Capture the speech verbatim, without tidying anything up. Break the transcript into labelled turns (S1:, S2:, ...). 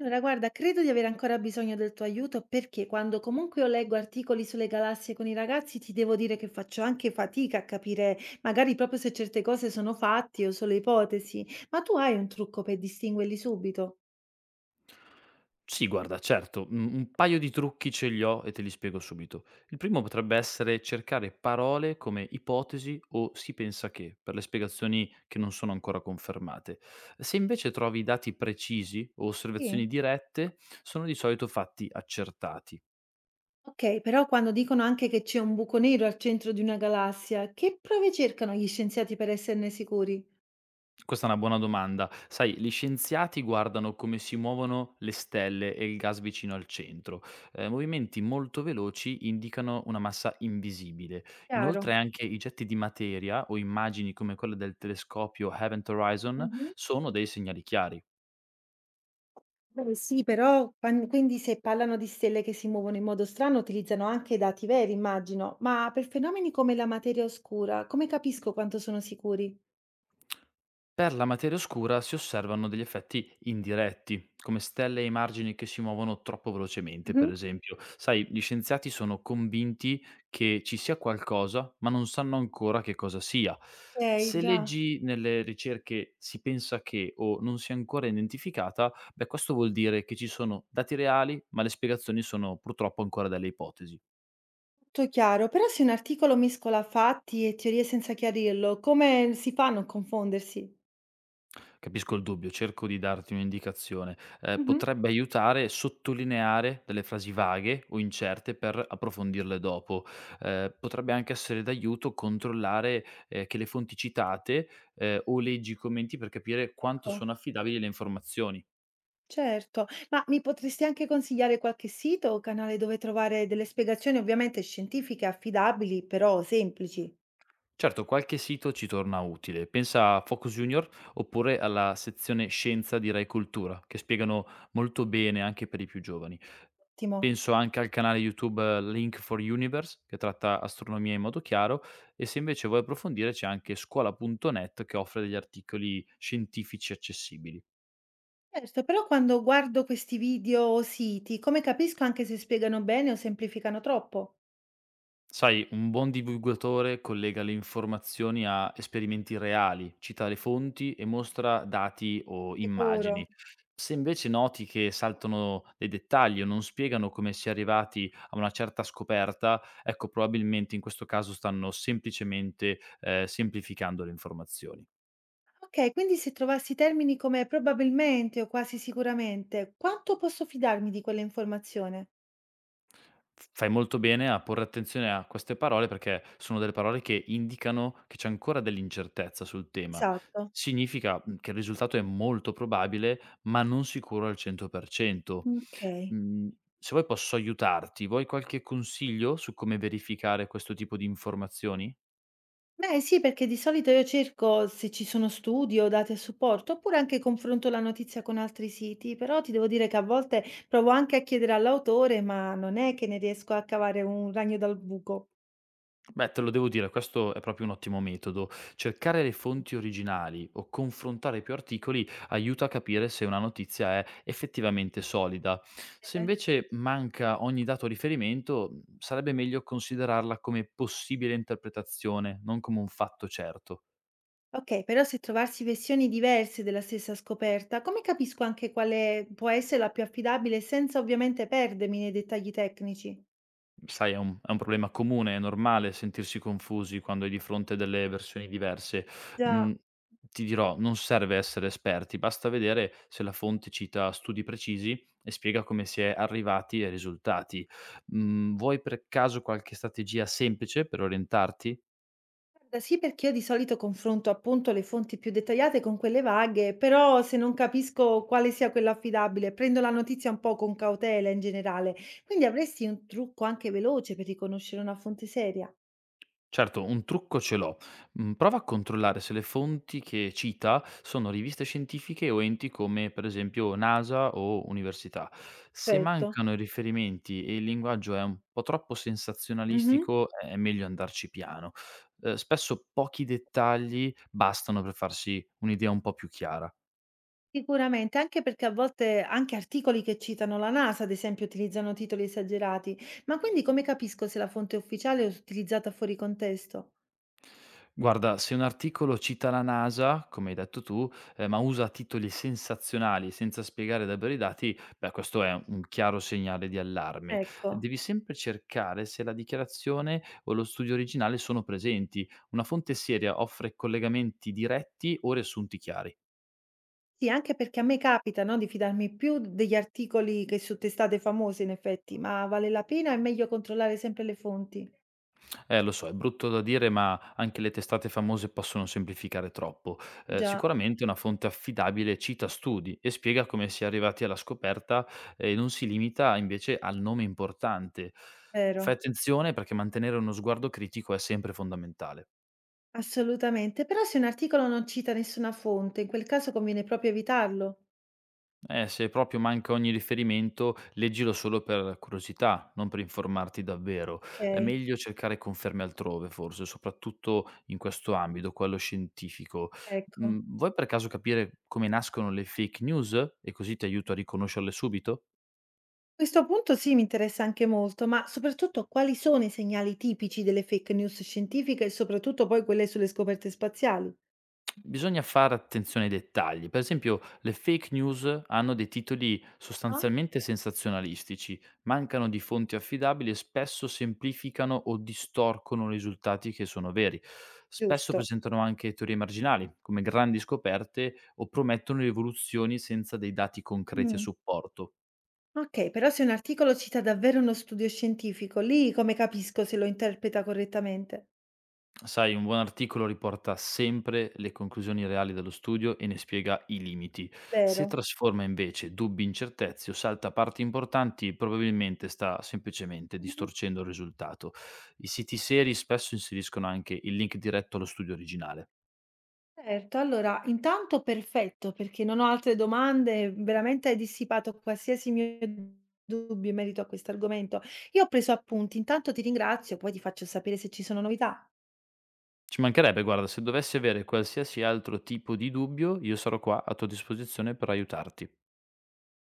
S1: Allora, guarda, credo di avere ancora bisogno del tuo aiuto perché quando comunque io leggo articoli sulle galassie con i ragazzi, ti devo dire che faccio anche fatica a capire magari proprio se certe cose sono fatti o solo ipotesi. Ma tu hai un trucco per distinguerli subito?
S2: Sì, guarda, certo, un un paio di trucchi ce li ho e te li spiego subito. Il primo potrebbe essere cercare parole come ipotesi o si pensa che, per le spiegazioni che non sono ancora confermate. Se invece trovi dati precisi o osservazioni
S1: Sì.
S2: dirette, sono di solito fatti accertati.
S1: Ok, però quando dicono anche che c'è un buco nero al centro di una galassia, che prove cercano gli scienziati per esserne sicuri?
S2: Questa è una buona domanda. Sai, gli scienziati guardano come si muovono le stelle e il gas vicino al centro. Eh, movimenti molto veloci indicano una massa invisibile. Inoltre
S1: Chiaro.
S2: anche i getti di materia o immagini come quelle del telescopio Event Horizon
S1: Mhm.
S2: sono dei segnali chiari.
S1: Beh, sì, però quan quindi se parlano di stelle che si muovono in modo strano, utilizzano anche dati veri, immagino. Ma per fenomeni come la materia oscura, come capisco quanto sono sicuri?
S2: Per la materia oscura si osservano degli effetti indiretti, come stelle ai margini che si muovono troppo velocemente, per
S1: Mhm.
S2: esempio. Sai, gli scienziati sono convinti che ci sia qualcosa, ma non sanno ancora che cosa sia.
S1: Ok,
S2: Se
S1: già,
S2: leggi nelle ricerche si pensa che o non sia ancora identificata, beh questo vuol dire che ci sono dati reali, ma le spiegazioni sono purtroppo ancora delle ipotesi.
S1: tutto chiaro. Però se un articolo mescola fatti e teorie senza chiarirlo, come si fa a non confondersi?
S2: Capisco il dubbio, cerco di darti un'indicazione. Ehm,
S1: Mhm.
S2: potrebbe aiutare sottolineare delle frasi vaghe o incerte per approfondirle dopo. Ehm, potrebbe anche essere d'aiuto controllare, ehm, che le fonti citate, ehm, o leggi i commenti per capire quanto
S1: Ecco,
S2: sono affidabili le informazioni.
S1: certo. Ma mi potresti anche consigliare qualche sito o canale dove trovare delle spiegazioni, ovviamente scientifiche, affidabili, però semplici?
S2: Certo, qualche sito ci torna utile. Pensa a Focus Junior oppure alla sezione Scienza di Rai Cultura, che spiegano molto bene anche per i più giovani.
S1: Ottimo.
S2: Penso anche al canale YouTube eh, Link for Universe, che tratta astronomia in modo chiaro, e se invece vuoi approfondire c'è anche scuola punto net che offre degli articoli scientifici accessibili.
S1: Certo, però quando guardo questi video o siti, come capisco anche se spiegano bene o semplificano troppo?
S2: Sai, un buon divulgatore collega le informazioni a esperimenti reali, cita le fonti e mostra dati o immagini.
S1: Sicuro.
S2: Se invece noti che saltano dei dettagli o non spiegano come si è arrivati a una certa scoperta, ecco, probabilmente in questo caso stanno semplicemente eh, semplificando le informazioni.
S1: Ok, quindi se trovassi termini come probabilmente o quasi sicuramente, quanto posso fidarmi di quell'informazione?
S2: F fai molto bene a porre attenzione a queste parole, perché sono delle parole che indicano che c'è ancora dell'incertezza sul tema.
S1: Esatto.
S2: Significa, mhmm, che il risultato è molto probabile, ma non sicuro al cento per cento.
S1: Ok.
S2: Mhmm, Se vuoi posso aiutarti, vuoi qualche consiglio su come verificare questo tipo di informazioni?
S1: Beh, sì, perché di solito io cerco se ci sono studi o dati a supporto, oppure anche confronto la notizia con altri siti, però ti devo dire che a volte provo anche a chiedere all'autore, ma non è che ne riesco a cavare un ragno dal buco.
S2: Beh, te lo devo dire, questo è proprio un ottimo metodo. Cercare le fonti originali o confrontare più articoli aiuta a capire se una notizia è effettivamente solida. Se
S1: Bene.
S2: invece manca ogni dato a riferimento, sarebbe meglio considerarla come possibile interpretazione, non come un fatto certo.
S1: Ok, però se trovarsi versioni diverse della stessa scoperta, come capisco anche quale può essere la più affidabile senza ovviamente perdermi nei dettagli tecnici?
S2: Sai, è un è un problema comune, è normale sentirsi confusi quando hai di fronte delle versioni diverse.
S1: Già,
S2: Mhmm, Ti dirò, non serve essere esperti, basta vedere se la fonte cita studi precisi e spiega come si è arrivati ai risultati. Mhmm, vuoi per caso qualche strategia semplice per orientarti?
S1: guarda, sì, perché io di solito confronto appunto le fonti più dettagliate con quelle vaghe, però se non capisco quale sia quella affidabile, prendo la notizia un po' con cautela in generale. Quindi avresti un trucco anche veloce per riconoscere una fonte seria?
S2: Certo, un trucco ce l'ho. Mhmm, prova a controllare se le fonti che cita sono riviste scientifiche o enti come per esempio NASA o università. Se
S1: Certo.
S2: mancano i riferimenti e il linguaggio è un po' troppo
S1: Mhm.
S2: sensazionalistico, è meglio andarci piano. Uhm, spesso pochi dettagli bastano per farsi un'idea un po' più chiara.
S1: Sicuramente, anche perché a volte anche articoli che citano la NASA, ad esempio, utilizzano titoli esagerati. Ma quindi come capisco se la fonte è ufficiale o utilizzata fuori contesto?
S2: Guarda, se un articolo cita la NASA, come hai detto tu, eh, ma usa titoli sensazionali senza spiegare davvero i dati, beh, questo è un chiaro segnale di allarme.
S1: Ecco,
S2: Devi sempre cercare se la dichiarazione o lo studio originale sono presenti. Una fonte seria offre collegamenti diretti o riassunti chiari.
S1: sì, anche perché a me capita, no, di fidarmi più degli articoli che su testate famose, in effetti, ma vale la pena? È meglio controllare sempre le fonti.
S2: Eh, lo so, è brutto da dire, ma anche le testate famose possono semplificare troppo. Eh,
S1: Già,
S2: sicuramente una fonte affidabile cita studi e spiega come si è arrivati alla scoperta eh, e non si limita invece al nome importante. Fai
S1: vero,
S2: attenzione perché mantenere uno sguardo critico è sempre fondamentale.
S1: assolutamente. Però se un articolo non cita nessuna fonte, in quel caso conviene proprio evitarlo.
S2: Eh, se proprio manca ogni riferimento, leggilo solo per curiosità, non per informarti davvero.
S1: Ok,
S2: È meglio cercare conferme altrove, forse, soprattutto in questo ambito, quello scientifico.
S1: ecco.
S2: Mm, vuoi per caso capire come nascono le fake news e così ti aiuto a riconoscerle subito?
S1: Questo punto sì, mi interessa anche molto, ma soprattutto quali sono i segnali tipici delle fake news scientifiche e soprattutto poi quelle sulle scoperte spaziali?
S2: Bisogna fare attenzione ai dettagli. Per esempio, le fake news hanno dei titoli
S1: Ah,
S2: sostanzialmente sensazionalistici, mancano di fonti affidabili e spesso semplificano o distorcono risultati che sono veri. Spesso
S1: giusto.
S2: presentano anche teorie marginali, come grandi scoperte, o promettono rivoluzioni senza dei dati concreti a
S1: Mm.
S2: supporto.
S1: Ok, però se un articolo cita davvero uno studio scientifico, lì come capisco se lo interpreta correttamente?
S2: Sai, un buon articolo riporta sempre le conclusioni reali dello studio e ne spiega i limiti. Se
S1: Vero.
S2: trasforma invece dubbi in certezze o salta parti importanti, probabilmente sta semplicemente
S1: Mhm.
S2: distorcendo il risultato. I siti seri spesso inseriscono anche il link diretto allo studio originale.
S1: Certo, allora, intanto perfetto, perché non ho altre domande, veramente hai dissipato qualsiasi mio dubbio in merito a questo argomento. Io ho preso appunti, intanto ti ringrazio, poi ti faccio sapere se ci sono novità.
S2: Ci mancherebbe, guarda, se dovessi avere qualsiasi altro tipo di dubbio, io sarò qua a tua disposizione per aiutarti.